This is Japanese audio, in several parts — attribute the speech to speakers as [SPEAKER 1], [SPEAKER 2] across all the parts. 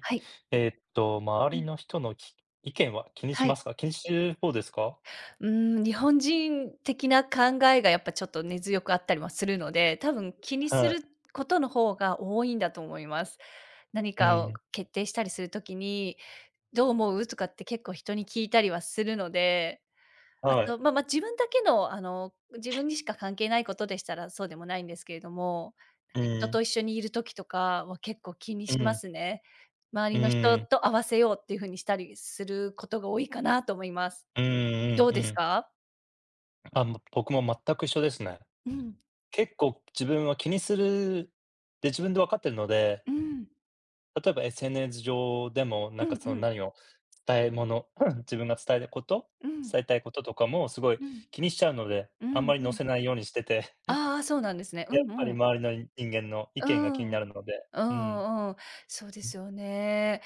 [SPEAKER 1] はい。
[SPEAKER 2] 周
[SPEAKER 1] う
[SPEAKER 2] り
[SPEAKER 1] ん。
[SPEAKER 2] の人のき意見は気にし
[SPEAKER 1] は
[SPEAKER 2] ま
[SPEAKER 1] い。
[SPEAKER 2] すか？気にする方ですか？
[SPEAKER 1] うーん、日本人的な考えがやっぱちょっと根強くあったりはするので、多分気にする
[SPEAKER 2] は
[SPEAKER 1] ことの方が多いんだと思います。何
[SPEAKER 2] い。う
[SPEAKER 1] かを
[SPEAKER 2] ん。
[SPEAKER 1] 決定したりする時に、「どう思う？」とかって結構人に聞いたりはするので、あ
[SPEAKER 2] はい。
[SPEAKER 1] と、自分だけの自分にしか関係ないことでしたらそうでもないんですけれども、
[SPEAKER 2] う
[SPEAKER 1] 人
[SPEAKER 2] ん。
[SPEAKER 1] と一緒にいる時とかは結構気に
[SPEAKER 2] う
[SPEAKER 1] しま
[SPEAKER 2] ん。
[SPEAKER 1] すね。周
[SPEAKER 2] う
[SPEAKER 1] りの人
[SPEAKER 2] ん。
[SPEAKER 1] と合わせようっていう風にしたりすることが多いかなと思います。
[SPEAKER 2] うんうん
[SPEAKER 1] どう
[SPEAKER 2] う
[SPEAKER 1] です
[SPEAKER 2] ん。
[SPEAKER 1] か？
[SPEAKER 2] あ、もう僕も全く一緒ですね。
[SPEAKER 1] うん、
[SPEAKER 2] 結構自分は気にするで自分で分かってるので、
[SPEAKER 1] うん、
[SPEAKER 2] 例えば SNS 上でも、な
[SPEAKER 1] う
[SPEAKER 2] ん
[SPEAKER 1] ん
[SPEAKER 2] かその
[SPEAKER 1] うん
[SPEAKER 2] 何を伝えもの 自分が伝えること、
[SPEAKER 1] うん
[SPEAKER 2] 伝えたいこととかもすごい
[SPEAKER 1] うん
[SPEAKER 2] 気にしちゃうので、
[SPEAKER 1] う
[SPEAKER 2] あんま
[SPEAKER 1] ん
[SPEAKER 2] り
[SPEAKER 1] う
[SPEAKER 2] 載
[SPEAKER 1] ん。
[SPEAKER 2] せないようにしてて、
[SPEAKER 1] ああ、そうなんですね。う
[SPEAKER 2] や
[SPEAKER 1] ん
[SPEAKER 2] っぱり
[SPEAKER 1] うん。
[SPEAKER 2] 周りの人間の意
[SPEAKER 1] う
[SPEAKER 2] 見が気に
[SPEAKER 1] ん。
[SPEAKER 2] なるので、
[SPEAKER 1] う
[SPEAKER 2] うん。
[SPEAKER 1] んうん。そうですよね。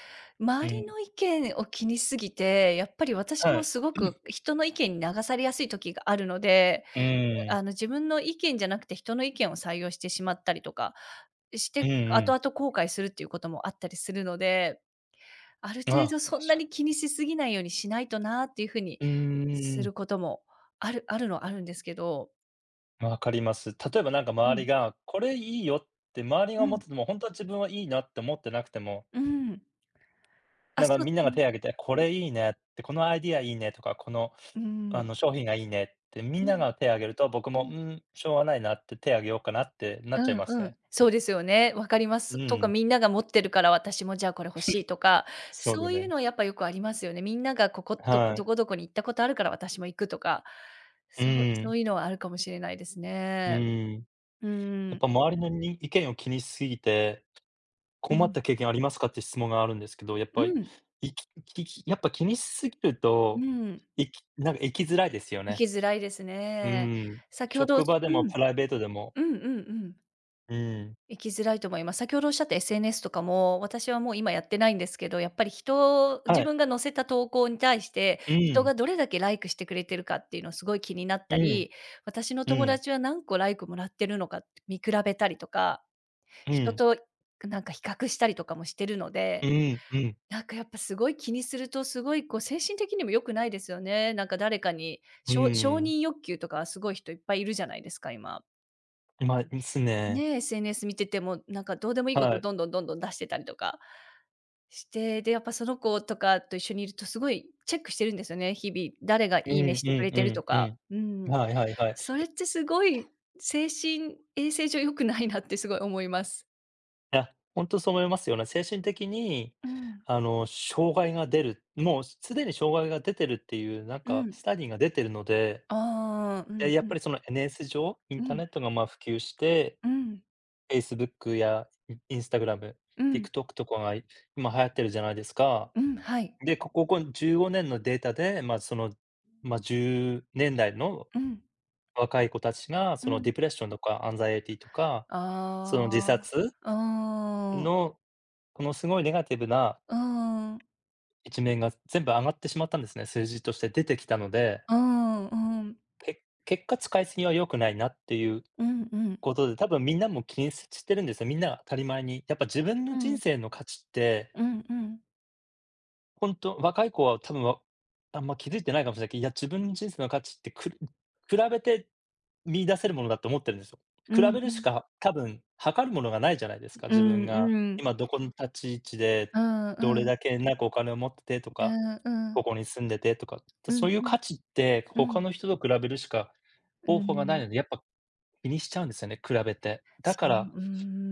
[SPEAKER 2] う
[SPEAKER 1] 周り
[SPEAKER 2] ん。
[SPEAKER 1] の意見を気にしすぎて、やっぱり私
[SPEAKER 2] は
[SPEAKER 1] も
[SPEAKER 2] い。
[SPEAKER 1] すごく人の意見に流されやすい時があるので、
[SPEAKER 2] うーん。
[SPEAKER 1] 自分の意見じゃなくて人の意見を採用してしまったりとかし
[SPEAKER 2] う
[SPEAKER 1] て、
[SPEAKER 2] んう
[SPEAKER 1] 後
[SPEAKER 2] ん。
[SPEAKER 1] 々後悔するっていうこともあったりするので、ある程
[SPEAKER 2] あ、
[SPEAKER 1] 度そん
[SPEAKER 2] 確
[SPEAKER 1] な
[SPEAKER 2] か
[SPEAKER 1] に気にしすぎないようにしないとなっていう風に
[SPEAKER 2] う
[SPEAKER 1] す
[SPEAKER 2] ーん、
[SPEAKER 1] ることもあるのはあるんですけど。
[SPEAKER 2] わかります。例えばなんか
[SPEAKER 1] う
[SPEAKER 2] 周り
[SPEAKER 1] ん。
[SPEAKER 2] が、これいいよって周りが
[SPEAKER 1] う
[SPEAKER 2] 思っ
[SPEAKER 1] ん。
[SPEAKER 2] てても、ほんとは自分はいいなって思ってなくても、
[SPEAKER 1] うん。あ、
[SPEAKER 2] なんか
[SPEAKER 1] そう、
[SPEAKER 2] みんな
[SPEAKER 1] う
[SPEAKER 2] が
[SPEAKER 1] ん。
[SPEAKER 2] 手挙げて、これいいねって、このアイディアいいねとか、この、
[SPEAKER 1] うーん。
[SPEAKER 2] 商品がいいねってみん
[SPEAKER 1] うん、
[SPEAKER 2] な
[SPEAKER 1] うん。
[SPEAKER 2] が手挙げると、僕
[SPEAKER 1] うんうんうんあそううんう
[SPEAKER 2] も、
[SPEAKER 1] んう
[SPEAKER 2] う
[SPEAKER 1] ん
[SPEAKER 2] ん、しょうがないなって手挙げようかなってなっ
[SPEAKER 1] う
[SPEAKER 2] ちゃい
[SPEAKER 1] ん
[SPEAKER 2] ます
[SPEAKER 1] うん
[SPEAKER 2] ね。
[SPEAKER 1] そうですよね。分かりま
[SPEAKER 2] う
[SPEAKER 1] す。とか、
[SPEAKER 2] ん。
[SPEAKER 1] みんなが持ってるから私もじゃあこれ欲しいとか、
[SPEAKER 2] そう
[SPEAKER 1] そ
[SPEAKER 2] だ
[SPEAKER 1] ういう
[SPEAKER 2] ね。
[SPEAKER 1] のやっぱよくありますよね。みんながここ、ど
[SPEAKER 2] は
[SPEAKER 1] ど
[SPEAKER 2] い。
[SPEAKER 1] こどこに行ったことあるから私も行くとか、
[SPEAKER 2] う
[SPEAKER 1] そうそ
[SPEAKER 2] ん。
[SPEAKER 1] ういうのはあるかもしれないです
[SPEAKER 2] う
[SPEAKER 1] ね。
[SPEAKER 2] ん。
[SPEAKER 1] う
[SPEAKER 2] やっ
[SPEAKER 1] ん。
[SPEAKER 2] ぱ周りのに意見を気にしすぎて
[SPEAKER 1] う
[SPEAKER 2] 困っ
[SPEAKER 1] ん。
[SPEAKER 2] た経験ありますかって質問があるんですけど、やっ
[SPEAKER 1] う
[SPEAKER 2] ぱり、
[SPEAKER 1] ん。
[SPEAKER 2] いきききやっぱ気にしすぎる
[SPEAKER 1] う
[SPEAKER 2] と、
[SPEAKER 1] ん。
[SPEAKER 2] なんか生きづらいですよ
[SPEAKER 1] 行
[SPEAKER 2] ね。
[SPEAKER 1] きづらいです
[SPEAKER 2] う
[SPEAKER 1] ね。
[SPEAKER 2] ん。
[SPEAKER 1] 先ほどう
[SPEAKER 2] 職場でもプ
[SPEAKER 1] ん。
[SPEAKER 2] ライベートでも。
[SPEAKER 1] うんうんうん。
[SPEAKER 2] うん。
[SPEAKER 1] 行きづらいと思います。先ほどおっしゃった SNS とかも、私はもう今やってないんですけど、やっぱり人を
[SPEAKER 2] は
[SPEAKER 1] 自
[SPEAKER 2] い。
[SPEAKER 1] 分が載せた投稿に対して、
[SPEAKER 2] う
[SPEAKER 1] 人
[SPEAKER 2] ん。
[SPEAKER 1] がどれだけライクしてくれてるかっていうのすごい気になっ
[SPEAKER 2] う
[SPEAKER 1] た
[SPEAKER 2] ん。
[SPEAKER 1] り、私の
[SPEAKER 2] う
[SPEAKER 1] 友
[SPEAKER 2] ん。
[SPEAKER 1] 達は何個ライクもらってるのか見比べたりとか、
[SPEAKER 2] う
[SPEAKER 1] 人
[SPEAKER 2] ん。
[SPEAKER 1] となんか比較したりとかもしてるの
[SPEAKER 2] う
[SPEAKER 1] で、
[SPEAKER 2] ん。うん。
[SPEAKER 1] なんかやっぱすごい気にすると、すごいこう精神的にも良くないですよね。なんか誰かに、
[SPEAKER 2] う
[SPEAKER 1] しょ承
[SPEAKER 2] ーん。
[SPEAKER 1] 認欲求とかすごい人いっぱいいるじゃないですか、今。
[SPEAKER 2] まあ、ですね。
[SPEAKER 1] ね、SNS 見てても、なんかどうでもいいこ
[SPEAKER 2] は
[SPEAKER 1] と
[SPEAKER 2] い。
[SPEAKER 1] どんどんどんどん出してたりとかして、で、やっぱその子とかと一緒にいるとすごいチェックしてるんですよね、日々。誰が
[SPEAKER 2] うん
[SPEAKER 1] いいねし
[SPEAKER 2] う
[SPEAKER 1] てくれ
[SPEAKER 2] んうん
[SPEAKER 1] てる
[SPEAKER 2] う
[SPEAKER 1] と
[SPEAKER 2] んうんうんう
[SPEAKER 1] か。
[SPEAKER 2] ん
[SPEAKER 1] うん。
[SPEAKER 2] まですねはいうんうんうんうんはいはいはい。
[SPEAKER 1] それってすごい精神衛生上良くないなってすごい思います。
[SPEAKER 2] いや、ほんとそう思いますよね。精神的に、
[SPEAKER 1] うん。
[SPEAKER 2] あの、障害が出る、もうすでに障害が出てるっていう、なん
[SPEAKER 1] う
[SPEAKER 2] か、
[SPEAKER 1] ん。
[SPEAKER 2] スタディが出てるので
[SPEAKER 1] ああ、う
[SPEAKER 2] え、
[SPEAKER 1] ん
[SPEAKER 2] やっ
[SPEAKER 1] う
[SPEAKER 2] ぱ
[SPEAKER 1] ん。
[SPEAKER 2] りその n s 上、イ
[SPEAKER 1] う
[SPEAKER 2] ンターネ
[SPEAKER 1] ん。
[SPEAKER 2] ットが、ま、普及して、
[SPEAKER 1] うん。
[SPEAKER 2] Facebook やイン Instagram、
[SPEAKER 1] うん。
[SPEAKER 2] TikTok とかが今流行ってるじゃないですか。
[SPEAKER 1] うん、はい。
[SPEAKER 2] で、こここ15年のデータで、ま、その、ま、10年代の
[SPEAKER 1] うん、
[SPEAKER 2] 若い子たちが、
[SPEAKER 1] う
[SPEAKER 2] その
[SPEAKER 1] ん。
[SPEAKER 2] ディプレッションとかアンザイエティとか、その自
[SPEAKER 1] あ
[SPEAKER 2] 殺
[SPEAKER 1] あ、うーん、
[SPEAKER 2] の、このすごいネガティブな
[SPEAKER 1] うーん、
[SPEAKER 2] 一面が全部上がってしまったんですね、数字として出てきたので、
[SPEAKER 1] うーん、うーん、
[SPEAKER 2] 結果使いすぎは良くないなっていう
[SPEAKER 1] うんうん、
[SPEAKER 2] ことで、多分みんなも気にしてるんですよ。みんなが当たり前に。やっぱ自分
[SPEAKER 1] う
[SPEAKER 2] の
[SPEAKER 1] ん
[SPEAKER 2] 人
[SPEAKER 1] う
[SPEAKER 2] 生の価値って、
[SPEAKER 1] ーん
[SPEAKER 2] ほんと若い子は多分あんま気づいてないかもしれないけど、いや、自分の人生の価値って比べて見出せるものだと思ってるんですよ。
[SPEAKER 1] う
[SPEAKER 2] 比
[SPEAKER 1] ー
[SPEAKER 2] べるし
[SPEAKER 1] ん
[SPEAKER 2] か多分測るものがないじゃないですか。
[SPEAKER 1] う
[SPEAKER 2] 自
[SPEAKER 1] ん
[SPEAKER 2] 分
[SPEAKER 1] う
[SPEAKER 2] が
[SPEAKER 1] んうん、
[SPEAKER 2] 今どこの立ち位置で、どれだけなんかお金を持っててとか、
[SPEAKER 1] う
[SPEAKER 2] ここに住んでてとか、
[SPEAKER 1] んう
[SPEAKER 2] そう
[SPEAKER 1] ん、
[SPEAKER 2] いう
[SPEAKER 1] うんうん、うんうん、うんう
[SPEAKER 2] 価値
[SPEAKER 1] ん、
[SPEAKER 2] って
[SPEAKER 1] うんうん、う
[SPEAKER 2] 他
[SPEAKER 1] ん、
[SPEAKER 2] の人と比べるしか方法がない
[SPEAKER 1] ん、
[SPEAKER 2] ので、やっぱ気にしちゃうんですよね、比べて。だか
[SPEAKER 1] そう、
[SPEAKER 2] ら
[SPEAKER 1] うー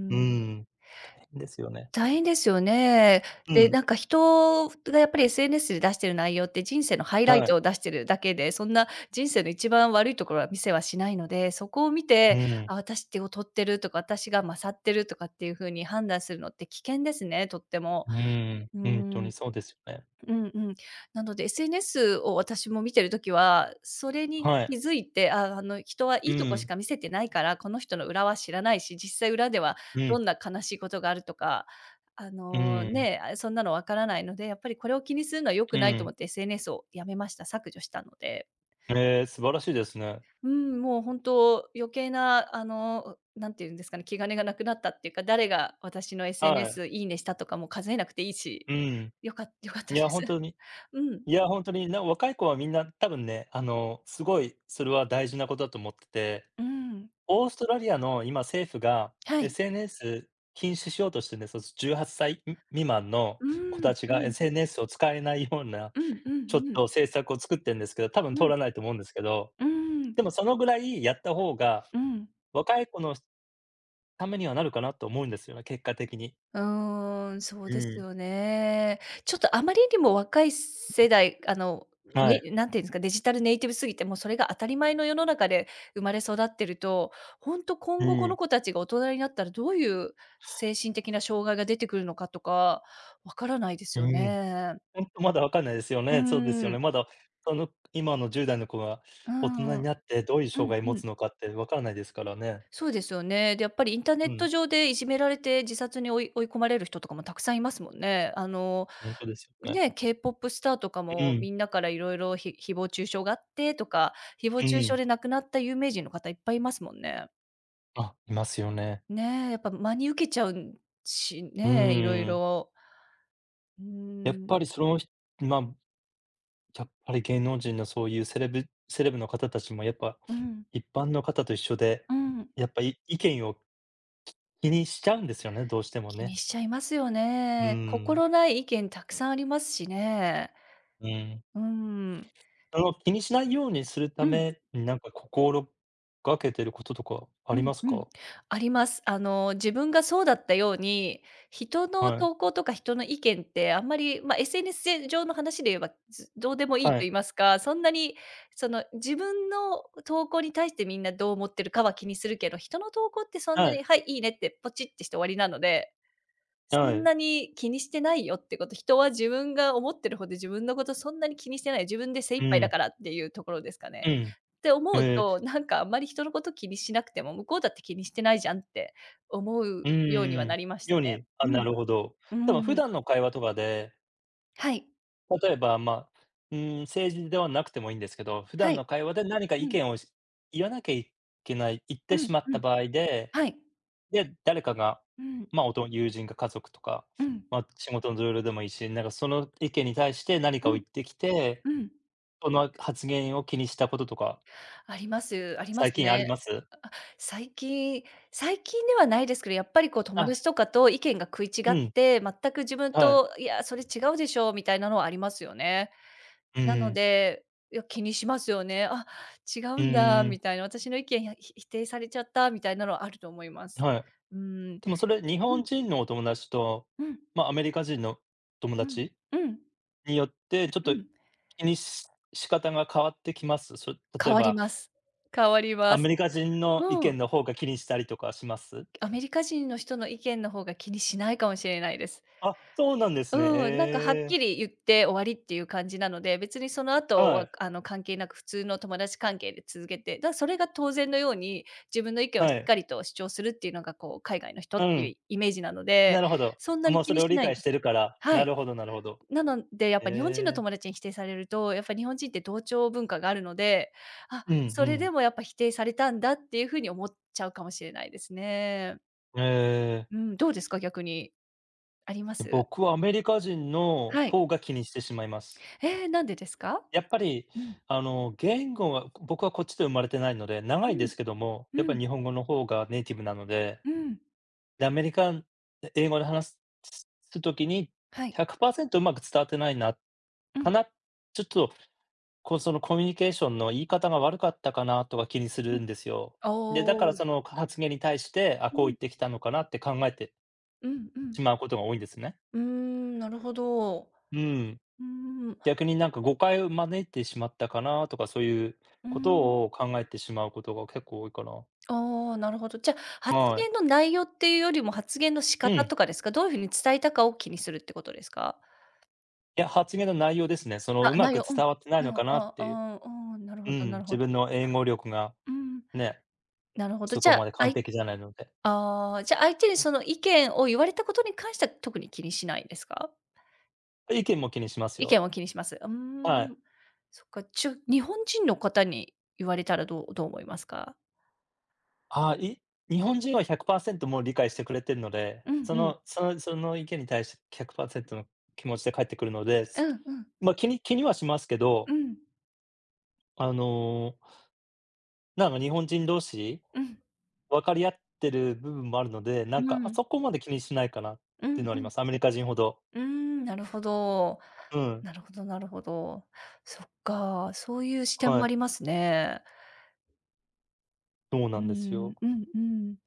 [SPEAKER 2] うー
[SPEAKER 1] ん。
[SPEAKER 2] ん。大変ですよね。
[SPEAKER 1] 大変ですよね。
[SPEAKER 2] う
[SPEAKER 1] で、
[SPEAKER 2] ん。
[SPEAKER 1] なんか人がやっぱり SNS で出してる内容って人生のハイライ
[SPEAKER 2] は
[SPEAKER 1] ト
[SPEAKER 2] い。
[SPEAKER 1] を出してるだけで、そんな人生の一番悪いところは見せはしないので、そこを見
[SPEAKER 2] う
[SPEAKER 1] て、
[SPEAKER 2] ん。
[SPEAKER 1] あ、私手を劣ってるとか、私が勝ってるとかっていう風に判断するのって危険ですね、とっても。
[SPEAKER 2] うん。
[SPEAKER 1] うー
[SPEAKER 2] うん、とに
[SPEAKER 1] ん。
[SPEAKER 2] そうですよね。
[SPEAKER 1] うんうん。なので SNS を私も見てる時は、それに
[SPEAKER 2] は
[SPEAKER 1] 気
[SPEAKER 2] い。
[SPEAKER 1] づいて、ああ、の人はい
[SPEAKER 2] う
[SPEAKER 1] いとこし
[SPEAKER 2] ん。
[SPEAKER 1] か見せてないから、この人の裏は知らないし、実際裏では
[SPEAKER 2] う
[SPEAKER 1] ど
[SPEAKER 2] ん。
[SPEAKER 1] んな悲しいことがあるとか、
[SPEAKER 2] うん。
[SPEAKER 1] ね、あ、そんなのわからないので、やっぱりこれを気にするのは良く
[SPEAKER 2] う
[SPEAKER 1] ないと
[SPEAKER 2] ん。
[SPEAKER 1] 思って SNS をやめました。削除したので。
[SPEAKER 2] ええ、素晴らしいですね。
[SPEAKER 1] うん、もう本当余計な、なんていうんですかね、気兼ねがなくなったっていうか、誰が私の
[SPEAKER 2] はい。
[SPEAKER 1] SNS「いいね」したとかも数えなくていいし、
[SPEAKER 2] うん。
[SPEAKER 1] よかった
[SPEAKER 2] い
[SPEAKER 1] で
[SPEAKER 2] や、ほん
[SPEAKER 1] す。
[SPEAKER 2] とに。
[SPEAKER 1] うん、
[SPEAKER 2] いや、ほんとに、な若い子はみんな多分ね、あの、すごいそれは大事なことだと思ってて、
[SPEAKER 1] うん。
[SPEAKER 2] オーストラリアの今政府が
[SPEAKER 1] はい。
[SPEAKER 2] SNS 禁止しようとしてるんです。18歳み未満の
[SPEAKER 1] う
[SPEAKER 2] 子
[SPEAKER 1] ー
[SPEAKER 2] た
[SPEAKER 1] ん、
[SPEAKER 2] ち
[SPEAKER 1] う
[SPEAKER 2] が
[SPEAKER 1] ん、
[SPEAKER 2] SNS を使えないような
[SPEAKER 1] うんう
[SPEAKER 2] ちょっ
[SPEAKER 1] んうん、
[SPEAKER 2] と政策を作ってんですけど、多分
[SPEAKER 1] う
[SPEAKER 2] 通
[SPEAKER 1] ん、
[SPEAKER 2] らないと思うんですけど、
[SPEAKER 1] うん、
[SPEAKER 2] でもそのぐらいやった方が、
[SPEAKER 1] うん。
[SPEAKER 2] 若い子のためにはなるかなと思うんですよね、結果的に。
[SPEAKER 1] うーん、そう
[SPEAKER 2] う
[SPEAKER 1] です
[SPEAKER 2] ん。
[SPEAKER 1] よね。ちょっとあまりにも若い世代、
[SPEAKER 2] はい。
[SPEAKER 1] ね、なんていうんですか、デジタルネイティブすぎて、もうそれが当たり前の世の中で生まれ育ってると、ほんと
[SPEAKER 2] う
[SPEAKER 1] 今後こ
[SPEAKER 2] ん。
[SPEAKER 1] の子たちが大人になったらどういう精神的な障害が出てくるのかとか、わからないです
[SPEAKER 2] う
[SPEAKER 1] よ
[SPEAKER 2] ん。
[SPEAKER 1] ね。
[SPEAKER 2] ほんとまだわかんないですよ
[SPEAKER 1] うー
[SPEAKER 2] ね。そうですよね。
[SPEAKER 1] ん。
[SPEAKER 2] まだ、その、今の10代の子が
[SPEAKER 1] うー
[SPEAKER 2] 大人
[SPEAKER 1] ん。う
[SPEAKER 2] になってどういう障
[SPEAKER 1] ん
[SPEAKER 2] 害持
[SPEAKER 1] うん。
[SPEAKER 2] つのかってわからないですからね。
[SPEAKER 1] そうですよね。で、やっぱりインターネ
[SPEAKER 2] う
[SPEAKER 1] ット
[SPEAKER 2] ん、
[SPEAKER 1] 上でいじめられて自殺に追い込まれる人とかもたくさんいますもんね。
[SPEAKER 2] ほんとですよね。
[SPEAKER 1] ね、K-POP スターとか
[SPEAKER 2] う
[SPEAKER 1] も
[SPEAKER 2] ん、
[SPEAKER 1] みんなからいろいろ誹謗中傷があってとか、誹謗
[SPEAKER 2] う
[SPEAKER 1] 中傷
[SPEAKER 2] ん。
[SPEAKER 1] で亡くなった有名人の方いっぱいいますもんね。
[SPEAKER 2] あ、いますよね。
[SPEAKER 1] ねえ、やっぱ真に受けちゃうし
[SPEAKER 2] う
[SPEAKER 1] ね、いろい
[SPEAKER 2] ーん。
[SPEAKER 1] ろうー
[SPEAKER 2] やっ
[SPEAKER 1] ん、
[SPEAKER 2] ぱりそのひま、やっぱり芸能人のそういうセレブセレブの方たちもやっぱ、
[SPEAKER 1] うん、
[SPEAKER 2] 一般の方と一緒で、
[SPEAKER 1] うん。
[SPEAKER 2] やっぱり意見を気にしちゃうんですよね、どうしても
[SPEAKER 1] 気
[SPEAKER 2] ね。
[SPEAKER 1] にしちゃいますよ
[SPEAKER 2] うー
[SPEAKER 1] ね。
[SPEAKER 2] ん、
[SPEAKER 1] 心ない意見たくさんありますしね。
[SPEAKER 2] うん。
[SPEAKER 1] うーん。
[SPEAKER 2] その気にしないようにするた
[SPEAKER 1] うん。
[SPEAKER 2] めに、なんか心がけてることとかあ
[SPEAKER 1] う
[SPEAKER 2] り
[SPEAKER 1] ん
[SPEAKER 2] ます
[SPEAKER 1] うん。
[SPEAKER 2] か？
[SPEAKER 1] あります。自分がそうだったように、人の
[SPEAKER 2] はい。
[SPEAKER 1] 投稿とか人の意見ってあんまり、まあ、SNS 上の話で言えば、ずどうでもいいと
[SPEAKER 2] は
[SPEAKER 1] 言い
[SPEAKER 2] い。
[SPEAKER 1] ますか、そんなにその自分の投稿に対してみんなどう思ってるかは気にするけど、人の投稿ってそんな
[SPEAKER 2] はい。
[SPEAKER 1] に「はい、いいね」ってポチってして終わりなので
[SPEAKER 2] は
[SPEAKER 1] そん
[SPEAKER 2] い。
[SPEAKER 1] なに気にしてないよってこと、人は自分が思ってるほど自分のことそんなに気にしてない、自分で精
[SPEAKER 2] う
[SPEAKER 1] 一杯だ
[SPEAKER 2] ん。
[SPEAKER 1] からっていうところですか
[SPEAKER 2] う
[SPEAKER 1] ね。
[SPEAKER 2] ん。
[SPEAKER 1] って思う
[SPEAKER 2] ええ。
[SPEAKER 1] と、なんかあんまり人のこと気にしなくても、向こうだって気にしてないじゃんって思う
[SPEAKER 2] うん
[SPEAKER 1] ように
[SPEAKER 2] うん
[SPEAKER 1] は
[SPEAKER 2] う
[SPEAKER 1] な
[SPEAKER 2] ん。
[SPEAKER 1] りました
[SPEAKER 2] よう
[SPEAKER 1] ね。
[SPEAKER 2] にあ、
[SPEAKER 1] う
[SPEAKER 2] な
[SPEAKER 1] ん。
[SPEAKER 2] るほど。
[SPEAKER 1] う
[SPEAKER 2] でも
[SPEAKER 1] んう
[SPEAKER 2] 普
[SPEAKER 1] ん。
[SPEAKER 2] 段の会話とかで
[SPEAKER 1] はい。
[SPEAKER 2] 例えば、まあ、うーん、政治ではなくてもいいんですけど、普
[SPEAKER 1] は
[SPEAKER 2] 段
[SPEAKER 1] い。
[SPEAKER 2] の会話で何か意
[SPEAKER 1] うん。
[SPEAKER 2] 見を言わなきゃいけない、言っ
[SPEAKER 1] う
[SPEAKER 2] てし
[SPEAKER 1] ん
[SPEAKER 2] まっ
[SPEAKER 1] う
[SPEAKER 2] た
[SPEAKER 1] ん。
[SPEAKER 2] 場合で、
[SPEAKER 1] はい。
[SPEAKER 2] で、誰かが、
[SPEAKER 1] うん。
[SPEAKER 2] まあ、友人か家族とか、
[SPEAKER 1] うん。
[SPEAKER 2] まあ、仕事の同僚でもいいし、なんかその意見に対して何
[SPEAKER 1] う
[SPEAKER 2] かを言
[SPEAKER 1] ん。
[SPEAKER 2] ってきて、
[SPEAKER 1] うん。
[SPEAKER 2] その発言を気にしたこととか、
[SPEAKER 1] ありますありま
[SPEAKER 2] 最
[SPEAKER 1] す
[SPEAKER 2] 近あり
[SPEAKER 1] ね。
[SPEAKER 2] ます？
[SPEAKER 1] 最近最近ではないですけど、やっぱりこう友
[SPEAKER 2] あ、
[SPEAKER 1] 達とかと意見が食い違
[SPEAKER 2] う
[SPEAKER 1] っ
[SPEAKER 2] ん、
[SPEAKER 1] て、全く自分
[SPEAKER 2] はい。
[SPEAKER 1] と「いや、それ違うでしょ」みたいなのはありますよね。
[SPEAKER 2] う
[SPEAKER 1] な
[SPEAKER 2] ー
[SPEAKER 1] の
[SPEAKER 2] ん、
[SPEAKER 1] で、いや、気にしますよね。「あ、違
[SPEAKER 2] う
[SPEAKER 1] うんだ」
[SPEAKER 2] ーん、
[SPEAKER 1] みたいな、私の意見や否定されちゃったみたいなのはあると思います。
[SPEAKER 2] はい。
[SPEAKER 1] うん、
[SPEAKER 2] でもそれ、日
[SPEAKER 1] う
[SPEAKER 2] 本
[SPEAKER 1] ん、
[SPEAKER 2] 人のお友達と、
[SPEAKER 1] うん、
[SPEAKER 2] まあ、アメリカ人の友
[SPEAKER 1] うん、
[SPEAKER 2] 達
[SPEAKER 1] うん、
[SPEAKER 2] によって、ちょっ
[SPEAKER 1] う
[SPEAKER 2] と
[SPEAKER 1] ん。
[SPEAKER 2] 気にし仕方が変わってきます？それ例
[SPEAKER 1] 変
[SPEAKER 2] え
[SPEAKER 1] わり
[SPEAKER 2] ば、
[SPEAKER 1] ます。変わり
[SPEAKER 2] ア
[SPEAKER 1] ます。
[SPEAKER 2] メリカ人の意
[SPEAKER 1] うん。
[SPEAKER 2] 見の方が気にしたりとかします？
[SPEAKER 1] アメリカ人の人の意見の方が気にしないかもしれないです。
[SPEAKER 2] あ、そうなんですね。
[SPEAKER 1] うん、なんかはっ
[SPEAKER 2] ええ。
[SPEAKER 1] きり言って終わりっていう感じなので、別にその後
[SPEAKER 2] は
[SPEAKER 1] は、
[SPEAKER 2] い、
[SPEAKER 1] 関係なく普通の友達関係で続けて、だからそれが当然のように、自分の意見を
[SPEAKER 2] は
[SPEAKER 1] しっ
[SPEAKER 2] い。
[SPEAKER 1] かりと主張するっていうのが、こう、海外の人っ
[SPEAKER 2] う
[SPEAKER 1] てい
[SPEAKER 2] ん、
[SPEAKER 1] うイメージなの
[SPEAKER 2] な
[SPEAKER 1] で、
[SPEAKER 2] るほど。
[SPEAKER 1] そんなに
[SPEAKER 2] もう
[SPEAKER 1] 気
[SPEAKER 2] それ
[SPEAKER 1] に
[SPEAKER 2] を
[SPEAKER 1] し
[SPEAKER 2] 理
[SPEAKER 1] ないん
[SPEAKER 2] 解
[SPEAKER 1] で
[SPEAKER 2] して
[SPEAKER 1] す。
[SPEAKER 2] るから、
[SPEAKER 1] は
[SPEAKER 2] な
[SPEAKER 1] い。
[SPEAKER 2] るほどなるほど。
[SPEAKER 1] なので、やっぱ日本人の
[SPEAKER 2] ええ。
[SPEAKER 1] 友達に否定されると、やっぱ日本人って同調文化があるので、あ、
[SPEAKER 2] うんう
[SPEAKER 1] それで
[SPEAKER 2] ん。
[SPEAKER 1] もやっぱ否定されたんだっていう風に思っちゃうかもしれないですね。
[SPEAKER 2] え
[SPEAKER 1] うん、どうですか？逆に。ありま
[SPEAKER 2] え、
[SPEAKER 1] す？
[SPEAKER 2] 僕はアメリカ人の
[SPEAKER 1] はい。
[SPEAKER 2] 方が気にしてしまいます。
[SPEAKER 1] ええ、なんでですか？
[SPEAKER 2] やっぱり、
[SPEAKER 1] うん、
[SPEAKER 2] あの、言語は僕はこっちで生まれてないので、長
[SPEAKER 1] う
[SPEAKER 2] いで
[SPEAKER 1] ん、
[SPEAKER 2] すけども、やっ
[SPEAKER 1] う
[SPEAKER 2] ぱり
[SPEAKER 1] ん、
[SPEAKER 2] 日本語の方がネイティブなので
[SPEAKER 1] うん。
[SPEAKER 2] で、アメリカン英語で話す時に、
[SPEAKER 1] はい。
[SPEAKER 2] 100%うまく伝わってないな、
[SPEAKER 1] う
[SPEAKER 2] か
[SPEAKER 1] ん、
[SPEAKER 2] な、ちょっと、こう、そのコミュニケーションの言い方が悪かったかなとか気にす
[SPEAKER 1] うん。
[SPEAKER 2] るんですよ。で、だ
[SPEAKER 1] お
[SPEAKER 2] からそ
[SPEAKER 1] お
[SPEAKER 2] の発言に対して、あ、
[SPEAKER 1] う
[SPEAKER 2] こう言
[SPEAKER 1] ん、
[SPEAKER 2] ってきたのかなって考えて
[SPEAKER 1] うん、うん。
[SPEAKER 2] しまうことが多いんですね。
[SPEAKER 1] うーん、なるほど。う
[SPEAKER 2] うん。
[SPEAKER 1] ーん、う
[SPEAKER 2] 逆になんか誤解を招いてしまったかなとか、そういう
[SPEAKER 1] ー
[SPEAKER 2] こ
[SPEAKER 1] ん。
[SPEAKER 2] とを考えてしまうことが結構多いかな。
[SPEAKER 1] ああ、なるほど。じゃ、発
[SPEAKER 2] は
[SPEAKER 1] 言
[SPEAKER 2] い。
[SPEAKER 1] の内容っていうよりも、発言の仕
[SPEAKER 2] う
[SPEAKER 1] 方
[SPEAKER 2] ん。
[SPEAKER 1] とかですか？どういう風に伝えたかを気にするってことですか？
[SPEAKER 2] いや、発言の内容ですね。その
[SPEAKER 1] あ、
[SPEAKER 2] うま
[SPEAKER 1] 内
[SPEAKER 2] く
[SPEAKER 1] 容うん。
[SPEAKER 2] 伝わってないの
[SPEAKER 1] うん、
[SPEAKER 2] かなっ
[SPEAKER 1] あ
[SPEAKER 2] ていう。
[SPEAKER 1] あ、うん、なる
[SPEAKER 2] う
[SPEAKER 1] ほど
[SPEAKER 2] ん、
[SPEAKER 1] なる
[SPEAKER 2] 自
[SPEAKER 1] ほど。
[SPEAKER 2] 分の英語力が
[SPEAKER 1] うん、
[SPEAKER 2] ね、
[SPEAKER 1] なるほど。
[SPEAKER 2] そ
[SPEAKER 1] じ
[SPEAKER 2] こ
[SPEAKER 1] ゃあ、
[SPEAKER 2] まで
[SPEAKER 1] あ
[SPEAKER 2] 完
[SPEAKER 1] い
[SPEAKER 2] 璧じゃないので。
[SPEAKER 1] ああ、じゃ、相手にその意見を言われたことに関しては特に気にしないですか？
[SPEAKER 2] 意見も気にします
[SPEAKER 1] 意
[SPEAKER 2] よ。
[SPEAKER 1] 見を気にします。うー
[SPEAKER 2] は
[SPEAKER 1] ん。
[SPEAKER 2] い。
[SPEAKER 1] そっか、日本人の方に言われたらどう思いますか？
[SPEAKER 2] ああ、日本人は100%もう理解してくれてるので、
[SPEAKER 1] うん
[SPEAKER 2] そ
[SPEAKER 1] うん。
[SPEAKER 2] のそのその意見に対して100%の気持ちで返ってくるので、
[SPEAKER 1] うんうん。
[SPEAKER 2] ま、気にはしますけど、
[SPEAKER 1] うん。
[SPEAKER 2] あの、なんか日本人同士、
[SPEAKER 1] うん。
[SPEAKER 2] 分かり合ってる部分もあるので、な
[SPEAKER 1] う
[SPEAKER 2] んか、あ、
[SPEAKER 1] ん。
[SPEAKER 2] そこまで気にしないかなっ
[SPEAKER 1] う
[SPEAKER 2] ていう
[SPEAKER 1] ん
[SPEAKER 2] のはあ
[SPEAKER 1] う
[SPEAKER 2] りま
[SPEAKER 1] ん。
[SPEAKER 2] す。アメリカ人ほど。
[SPEAKER 1] うーん、なるほど。
[SPEAKER 2] うん、
[SPEAKER 1] なるほどなるほど。そっか、そういう視点
[SPEAKER 2] は
[SPEAKER 1] もあ
[SPEAKER 2] い、
[SPEAKER 1] りますね。
[SPEAKER 2] そうな
[SPEAKER 1] うー
[SPEAKER 2] んですよ。
[SPEAKER 1] ん、うんうん。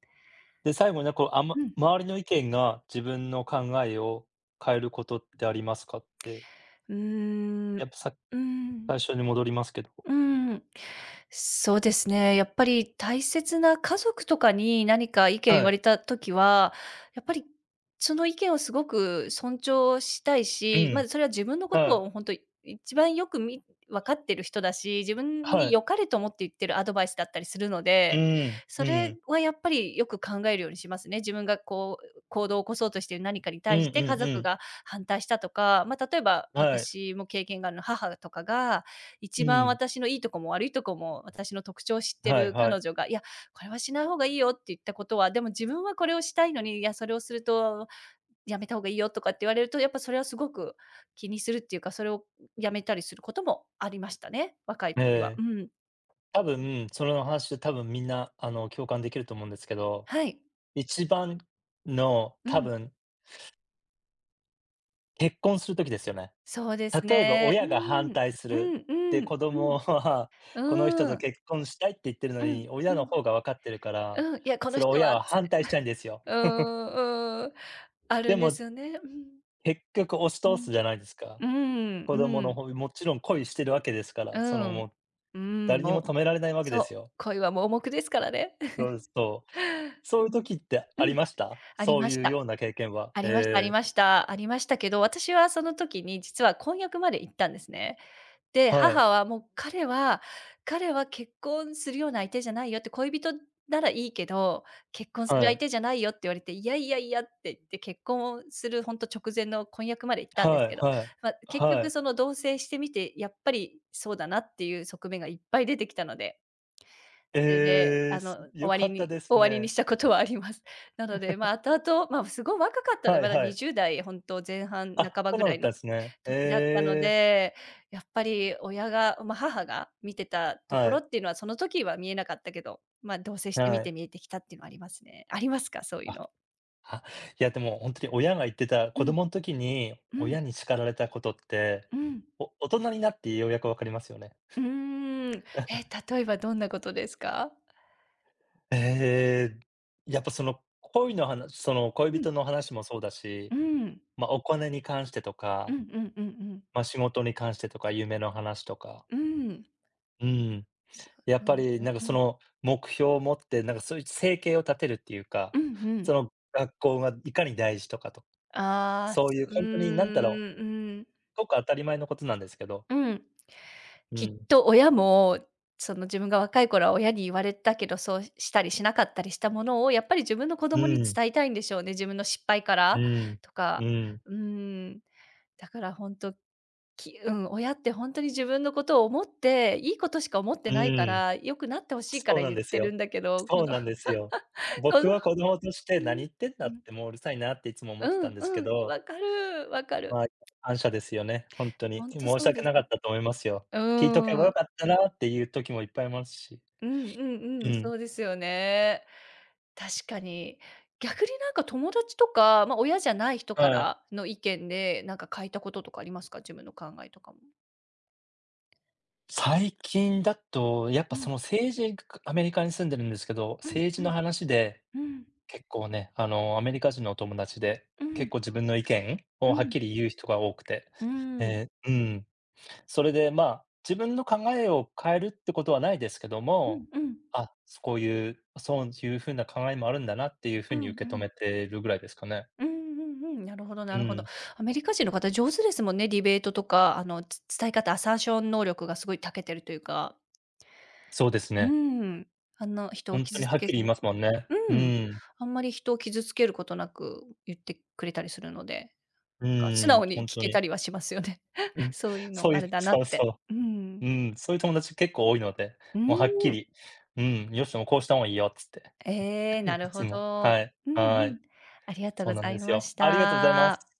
[SPEAKER 2] で、最後に、こう、あま
[SPEAKER 1] うん。
[SPEAKER 2] 周りの意見が自分の考えを変えることってありますかって、
[SPEAKER 1] うーん。
[SPEAKER 2] や
[SPEAKER 1] う
[SPEAKER 2] っぱ、
[SPEAKER 1] ーん。
[SPEAKER 2] 最初に戻りますけど。
[SPEAKER 1] うーん。そうですね。やっぱり大切な家族とかに何か意見言
[SPEAKER 2] は
[SPEAKER 1] わ
[SPEAKER 2] い。
[SPEAKER 1] れた時は、やっぱりその意見をすごく尊重したい
[SPEAKER 2] う
[SPEAKER 1] し、
[SPEAKER 2] ん。
[SPEAKER 1] それは自分のこ
[SPEAKER 2] は
[SPEAKER 1] と
[SPEAKER 2] い。
[SPEAKER 1] を本当一番よく分かってる人だし、自分
[SPEAKER 2] は
[SPEAKER 1] に
[SPEAKER 2] い。
[SPEAKER 1] 良かれと思って言ってるアドバイスだったりするの
[SPEAKER 2] う
[SPEAKER 1] で、
[SPEAKER 2] ん、
[SPEAKER 1] そ
[SPEAKER 2] う
[SPEAKER 1] れ
[SPEAKER 2] ん。
[SPEAKER 1] はやっぱりよく考えるようにしますね。自分がこう行動を起こそうとしている何かに
[SPEAKER 2] うんう
[SPEAKER 1] 対して家
[SPEAKER 2] んう
[SPEAKER 1] 族
[SPEAKER 2] ん。
[SPEAKER 1] が反対したとか、まあ、例えば
[SPEAKER 2] はい。
[SPEAKER 1] 私も経験があるの母とかが
[SPEAKER 2] う
[SPEAKER 1] 一番
[SPEAKER 2] ん。
[SPEAKER 1] 私のいいとこも悪いとこも私の特徴を知って
[SPEAKER 2] はい
[SPEAKER 1] る
[SPEAKER 2] は
[SPEAKER 1] 彼
[SPEAKER 2] い。
[SPEAKER 1] 女が「いや、これはしない方がいいよ」って言ったことは、でも自分はこれをしたいのに「いや、それをするとやめた方がいいよ」とかって言われると、やっぱそれはすごく気にするっていうか、それをやめたりすることもありましたね、若い
[SPEAKER 2] え
[SPEAKER 1] 時は。
[SPEAKER 2] え。
[SPEAKER 1] うん。
[SPEAKER 2] 多分、その話、多分みんな、あの、共感できると思うんですけど、
[SPEAKER 1] はい。
[SPEAKER 2] 一番の、
[SPEAKER 1] う
[SPEAKER 2] 多
[SPEAKER 1] ん。
[SPEAKER 2] 分、結婚する時ですよね。
[SPEAKER 1] そうです
[SPEAKER 2] 例えば
[SPEAKER 1] ね。う
[SPEAKER 2] 親が反
[SPEAKER 1] ん。
[SPEAKER 2] 対す
[SPEAKER 1] う
[SPEAKER 2] る。
[SPEAKER 1] ん
[SPEAKER 2] で、
[SPEAKER 1] うん。
[SPEAKER 2] 子
[SPEAKER 1] う
[SPEAKER 2] 供はこの人
[SPEAKER 1] ん。う
[SPEAKER 2] と
[SPEAKER 1] ーん。
[SPEAKER 2] 結婚したいって言ってるの
[SPEAKER 1] うん
[SPEAKER 2] に、
[SPEAKER 1] う
[SPEAKER 2] 親の
[SPEAKER 1] ん。
[SPEAKER 2] 方が分かってるから、
[SPEAKER 1] うん、いや、この
[SPEAKER 2] それ
[SPEAKER 1] 人
[SPEAKER 2] 親
[SPEAKER 1] はっ
[SPEAKER 2] は
[SPEAKER 1] つっ
[SPEAKER 2] 反
[SPEAKER 1] て。
[SPEAKER 2] 対したいんですよ。
[SPEAKER 1] うーん、うーん。あ
[SPEAKER 2] で
[SPEAKER 1] るんで
[SPEAKER 2] も
[SPEAKER 1] すよね。うん。
[SPEAKER 2] 結局押し
[SPEAKER 1] う
[SPEAKER 2] 通す
[SPEAKER 1] ん。
[SPEAKER 2] じゃないですか。
[SPEAKER 1] うん、
[SPEAKER 2] 子供
[SPEAKER 1] う
[SPEAKER 2] の
[SPEAKER 1] ん。
[SPEAKER 2] 方もちろん恋してるわけですか
[SPEAKER 1] う
[SPEAKER 2] ら、その
[SPEAKER 1] ん。う
[SPEAKER 2] もう
[SPEAKER 1] ーん、
[SPEAKER 2] 誰に
[SPEAKER 1] も
[SPEAKER 2] も止
[SPEAKER 1] う
[SPEAKER 2] められないわけで
[SPEAKER 1] そう、
[SPEAKER 2] すよ。
[SPEAKER 1] 恋は盲目ですからね。
[SPEAKER 2] そうです、そう。そう
[SPEAKER 1] う
[SPEAKER 2] いう
[SPEAKER 1] ん。
[SPEAKER 2] 時って
[SPEAKER 1] う
[SPEAKER 2] あり
[SPEAKER 1] ん、
[SPEAKER 2] ました？
[SPEAKER 1] あり
[SPEAKER 2] そう
[SPEAKER 1] まし
[SPEAKER 2] いう
[SPEAKER 1] た。
[SPEAKER 2] ような経験は。
[SPEAKER 1] ありましたあり
[SPEAKER 2] ええ、
[SPEAKER 1] ました。ありましたけど、私はその時に実は婚約まで行ったんですね。で、
[SPEAKER 2] はい
[SPEAKER 1] 母はもう彼は結婚するような相手じゃないよって、恋人ならいいけど、結婚す
[SPEAKER 2] は
[SPEAKER 1] る相
[SPEAKER 2] い
[SPEAKER 1] 手じゃないよって言われて、いやいやいやって言って、結婚をするほんと直前の婚約まで行ったんです
[SPEAKER 2] は
[SPEAKER 1] け
[SPEAKER 2] い
[SPEAKER 1] ど、
[SPEAKER 2] はい
[SPEAKER 1] ま、結
[SPEAKER 2] は
[SPEAKER 1] 局
[SPEAKER 2] い。
[SPEAKER 1] その同棲してみて、やっぱりそうだなっていう側面がいっぱい出てきたのでそれで、
[SPEAKER 2] ええ、す
[SPEAKER 1] 終
[SPEAKER 2] よ
[SPEAKER 1] わ
[SPEAKER 2] か
[SPEAKER 1] り
[SPEAKER 2] った
[SPEAKER 1] に
[SPEAKER 2] です
[SPEAKER 1] 終わりに
[SPEAKER 2] ね。
[SPEAKER 1] したことはあります。なので、まあ、後々、まあ、すごい若かったので、
[SPEAKER 2] はい
[SPEAKER 1] まだ
[SPEAKER 2] はい。
[SPEAKER 1] 20代ほんと前半
[SPEAKER 2] あ、
[SPEAKER 1] 半ば
[SPEAKER 2] そう
[SPEAKER 1] ぐ
[SPEAKER 2] なん
[SPEAKER 1] ら
[SPEAKER 2] だっ
[SPEAKER 1] い
[SPEAKER 2] た
[SPEAKER 1] の
[SPEAKER 2] んですね。
[SPEAKER 1] 時だったの
[SPEAKER 2] ええ、
[SPEAKER 1] で、やっぱり親が、ま、母が見てたとこ
[SPEAKER 2] は
[SPEAKER 1] ろ
[SPEAKER 2] い、
[SPEAKER 1] っていうのは、その時は見えなかったけど、ま、同棲して
[SPEAKER 2] は
[SPEAKER 1] みて
[SPEAKER 2] い。
[SPEAKER 1] 見えてきたっていうのはありますね。ありますか？そういう
[SPEAKER 2] あ、
[SPEAKER 1] の。
[SPEAKER 2] は、いや、でもほんとに親が言ってた、
[SPEAKER 1] う
[SPEAKER 2] 子
[SPEAKER 1] ん、
[SPEAKER 2] 供ん時に
[SPEAKER 1] うん、
[SPEAKER 2] 親に叱られたことって、
[SPEAKER 1] うん。
[SPEAKER 2] お大人になってようやく分かりますよね。
[SPEAKER 1] うーん。例えばどんなことですか？
[SPEAKER 2] ええ、やっぱその恋のはなその恋
[SPEAKER 1] う
[SPEAKER 2] 人
[SPEAKER 1] ん、
[SPEAKER 2] の話もそうだし、
[SPEAKER 1] うん。
[SPEAKER 2] ま、お金に関してと
[SPEAKER 1] うんう
[SPEAKER 2] か、
[SPEAKER 1] んうんうん。
[SPEAKER 2] ま、仕事に関してとか、夢の話とか、
[SPEAKER 1] うーん。
[SPEAKER 2] うん、
[SPEAKER 1] そ
[SPEAKER 2] やっ
[SPEAKER 1] う、そう
[SPEAKER 2] ぱ
[SPEAKER 1] で
[SPEAKER 2] り
[SPEAKER 1] すね。
[SPEAKER 2] なんか
[SPEAKER 1] う
[SPEAKER 2] そ
[SPEAKER 1] ん。
[SPEAKER 2] の目標を持って、なんかそういう生計を立てるっていう
[SPEAKER 1] う
[SPEAKER 2] か、
[SPEAKER 1] んうん。
[SPEAKER 2] その学校がいかに大事とかと
[SPEAKER 1] ああ、
[SPEAKER 2] そういう
[SPEAKER 1] うー
[SPEAKER 2] ほんとになんだろ
[SPEAKER 1] ん、うん、
[SPEAKER 2] う、ごく当たり前のことなんですけど、
[SPEAKER 1] うん。
[SPEAKER 2] う
[SPEAKER 1] きっ
[SPEAKER 2] ん、
[SPEAKER 1] と親も、その自分が若い頃は親に言われたけど、そうしたりしなかったりしたものを、やっぱり自分の子
[SPEAKER 2] う
[SPEAKER 1] 供に
[SPEAKER 2] ん、
[SPEAKER 1] 伝えたいんでしょうね。自分の失敗か
[SPEAKER 2] う
[SPEAKER 1] ら
[SPEAKER 2] ん、
[SPEAKER 1] と
[SPEAKER 2] う
[SPEAKER 1] か、
[SPEAKER 2] ん、
[SPEAKER 1] うーん。だからほんと、うん、親ってほんとに自分のことを思って、いいことしか思っ
[SPEAKER 2] う
[SPEAKER 1] てないか
[SPEAKER 2] ん、
[SPEAKER 1] ら、良くなって欲しいか
[SPEAKER 2] そう
[SPEAKER 1] ら
[SPEAKER 2] なん
[SPEAKER 1] 言っ
[SPEAKER 2] です
[SPEAKER 1] てる
[SPEAKER 2] よ。
[SPEAKER 1] んだけど、こ
[SPEAKER 2] そう
[SPEAKER 1] の
[SPEAKER 2] なんですよ。
[SPEAKER 1] こ
[SPEAKER 2] 僕
[SPEAKER 1] のう
[SPEAKER 2] は子供として何
[SPEAKER 1] ん、
[SPEAKER 2] 言ってん
[SPEAKER 1] う
[SPEAKER 2] だっ
[SPEAKER 1] ん、
[SPEAKER 2] て、もううるさいなっていつも思
[SPEAKER 1] う
[SPEAKER 2] ってたん
[SPEAKER 1] ん
[SPEAKER 2] です
[SPEAKER 1] う
[SPEAKER 2] け
[SPEAKER 1] ん、
[SPEAKER 2] ど、
[SPEAKER 1] わかる、わかる。
[SPEAKER 2] まあ、感謝ですよね、ほんとに。
[SPEAKER 1] ほんと
[SPEAKER 2] 申
[SPEAKER 1] そ
[SPEAKER 2] し
[SPEAKER 1] う
[SPEAKER 2] 訳
[SPEAKER 1] です
[SPEAKER 2] なか
[SPEAKER 1] ね。
[SPEAKER 2] ったと思いますよ。
[SPEAKER 1] う
[SPEAKER 2] 聞いとけば
[SPEAKER 1] ー
[SPEAKER 2] 良
[SPEAKER 1] ん。
[SPEAKER 2] かったなっていう時もいっぱいいますし。
[SPEAKER 1] うんうん
[SPEAKER 2] う
[SPEAKER 1] うん、そ
[SPEAKER 2] ん、
[SPEAKER 1] うですよね。確かに。逆になんか友達とか、まあ、親じゃない人か
[SPEAKER 2] はい。
[SPEAKER 1] らの意見で、なんか変えたこととかありますか？自分の考えとかも。
[SPEAKER 2] 最近だと、やっぱ
[SPEAKER 1] う
[SPEAKER 2] そ
[SPEAKER 1] ん、
[SPEAKER 2] の政治アメリカに住んでるんですけど、
[SPEAKER 1] うん、
[SPEAKER 2] 政治
[SPEAKER 1] う
[SPEAKER 2] の
[SPEAKER 1] ん、
[SPEAKER 2] 話で
[SPEAKER 1] うん、
[SPEAKER 2] 結構ね、あの、アメリカ人のお友達で、
[SPEAKER 1] う
[SPEAKER 2] 結
[SPEAKER 1] ん、
[SPEAKER 2] 構自分の意見
[SPEAKER 1] う
[SPEAKER 2] をはっ
[SPEAKER 1] ん、
[SPEAKER 2] きり言う人が多くて、
[SPEAKER 1] うーん。
[SPEAKER 2] えーうん。それで、まあ、自分の考えを変えるってことはないですけど
[SPEAKER 1] う
[SPEAKER 2] も、
[SPEAKER 1] ん、うん。
[SPEAKER 2] あ、こういう、そういうふうな考えもあるんだなっていうふう
[SPEAKER 1] うん、
[SPEAKER 2] に受け止
[SPEAKER 1] うん。
[SPEAKER 2] めてるぐらいですかね。
[SPEAKER 1] うんうんうんうんうんうんうんうんうんうんうんうんうんなるほど
[SPEAKER 2] う
[SPEAKER 1] なるほど。
[SPEAKER 2] ん、
[SPEAKER 1] アメリカ人の方上手ですもんね、ディベートとか、伝え方、アサーション能力がすごい長けてるというか。
[SPEAKER 2] そうです
[SPEAKER 1] う
[SPEAKER 2] ね。
[SPEAKER 1] ん。あの人を
[SPEAKER 2] 本当に
[SPEAKER 1] 傷つ
[SPEAKER 2] はっ
[SPEAKER 1] け
[SPEAKER 2] きり
[SPEAKER 1] ず
[SPEAKER 2] 言い
[SPEAKER 1] に
[SPEAKER 2] ますもんね。う
[SPEAKER 1] うん。
[SPEAKER 2] ん、
[SPEAKER 1] あんまり人を傷つけることなく言ってくれたりするので、なん
[SPEAKER 2] う
[SPEAKER 1] か素
[SPEAKER 2] ん、
[SPEAKER 1] 直に
[SPEAKER 2] 本
[SPEAKER 1] 聞
[SPEAKER 2] 当
[SPEAKER 1] けた
[SPEAKER 2] に。
[SPEAKER 1] りはしますよね。
[SPEAKER 2] う ん、
[SPEAKER 1] そういうの
[SPEAKER 2] そう
[SPEAKER 1] も
[SPEAKER 2] い
[SPEAKER 1] あ
[SPEAKER 2] う
[SPEAKER 1] れだなっ
[SPEAKER 2] そう
[SPEAKER 1] て。
[SPEAKER 2] そ
[SPEAKER 1] う
[SPEAKER 2] う。
[SPEAKER 1] ん。
[SPEAKER 2] うん、そういう友達結構多いので、
[SPEAKER 1] う
[SPEAKER 2] もうはっき
[SPEAKER 1] ん。
[SPEAKER 2] り、うん、よしもこうした方がいいよっつって。
[SPEAKER 1] ええ、な
[SPEAKER 2] い
[SPEAKER 1] る
[SPEAKER 2] つ
[SPEAKER 1] ほ
[SPEAKER 2] も
[SPEAKER 1] ど。
[SPEAKER 2] はい、
[SPEAKER 1] うんう
[SPEAKER 2] はい。
[SPEAKER 1] ん。ありがとう
[SPEAKER 2] そ
[SPEAKER 1] ご
[SPEAKER 2] うなん
[SPEAKER 1] ざ
[SPEAKER 2] で
[SPEAKER 1] い
[SPEAKER 2] す
[SPEAKER 1] ま
[SPEAKER 2] よ。
[SPEAKER 1] し
[SPEAKER 2] ありがとうございま
[SPEAKER 1] た。
[SPEAKER 2] す。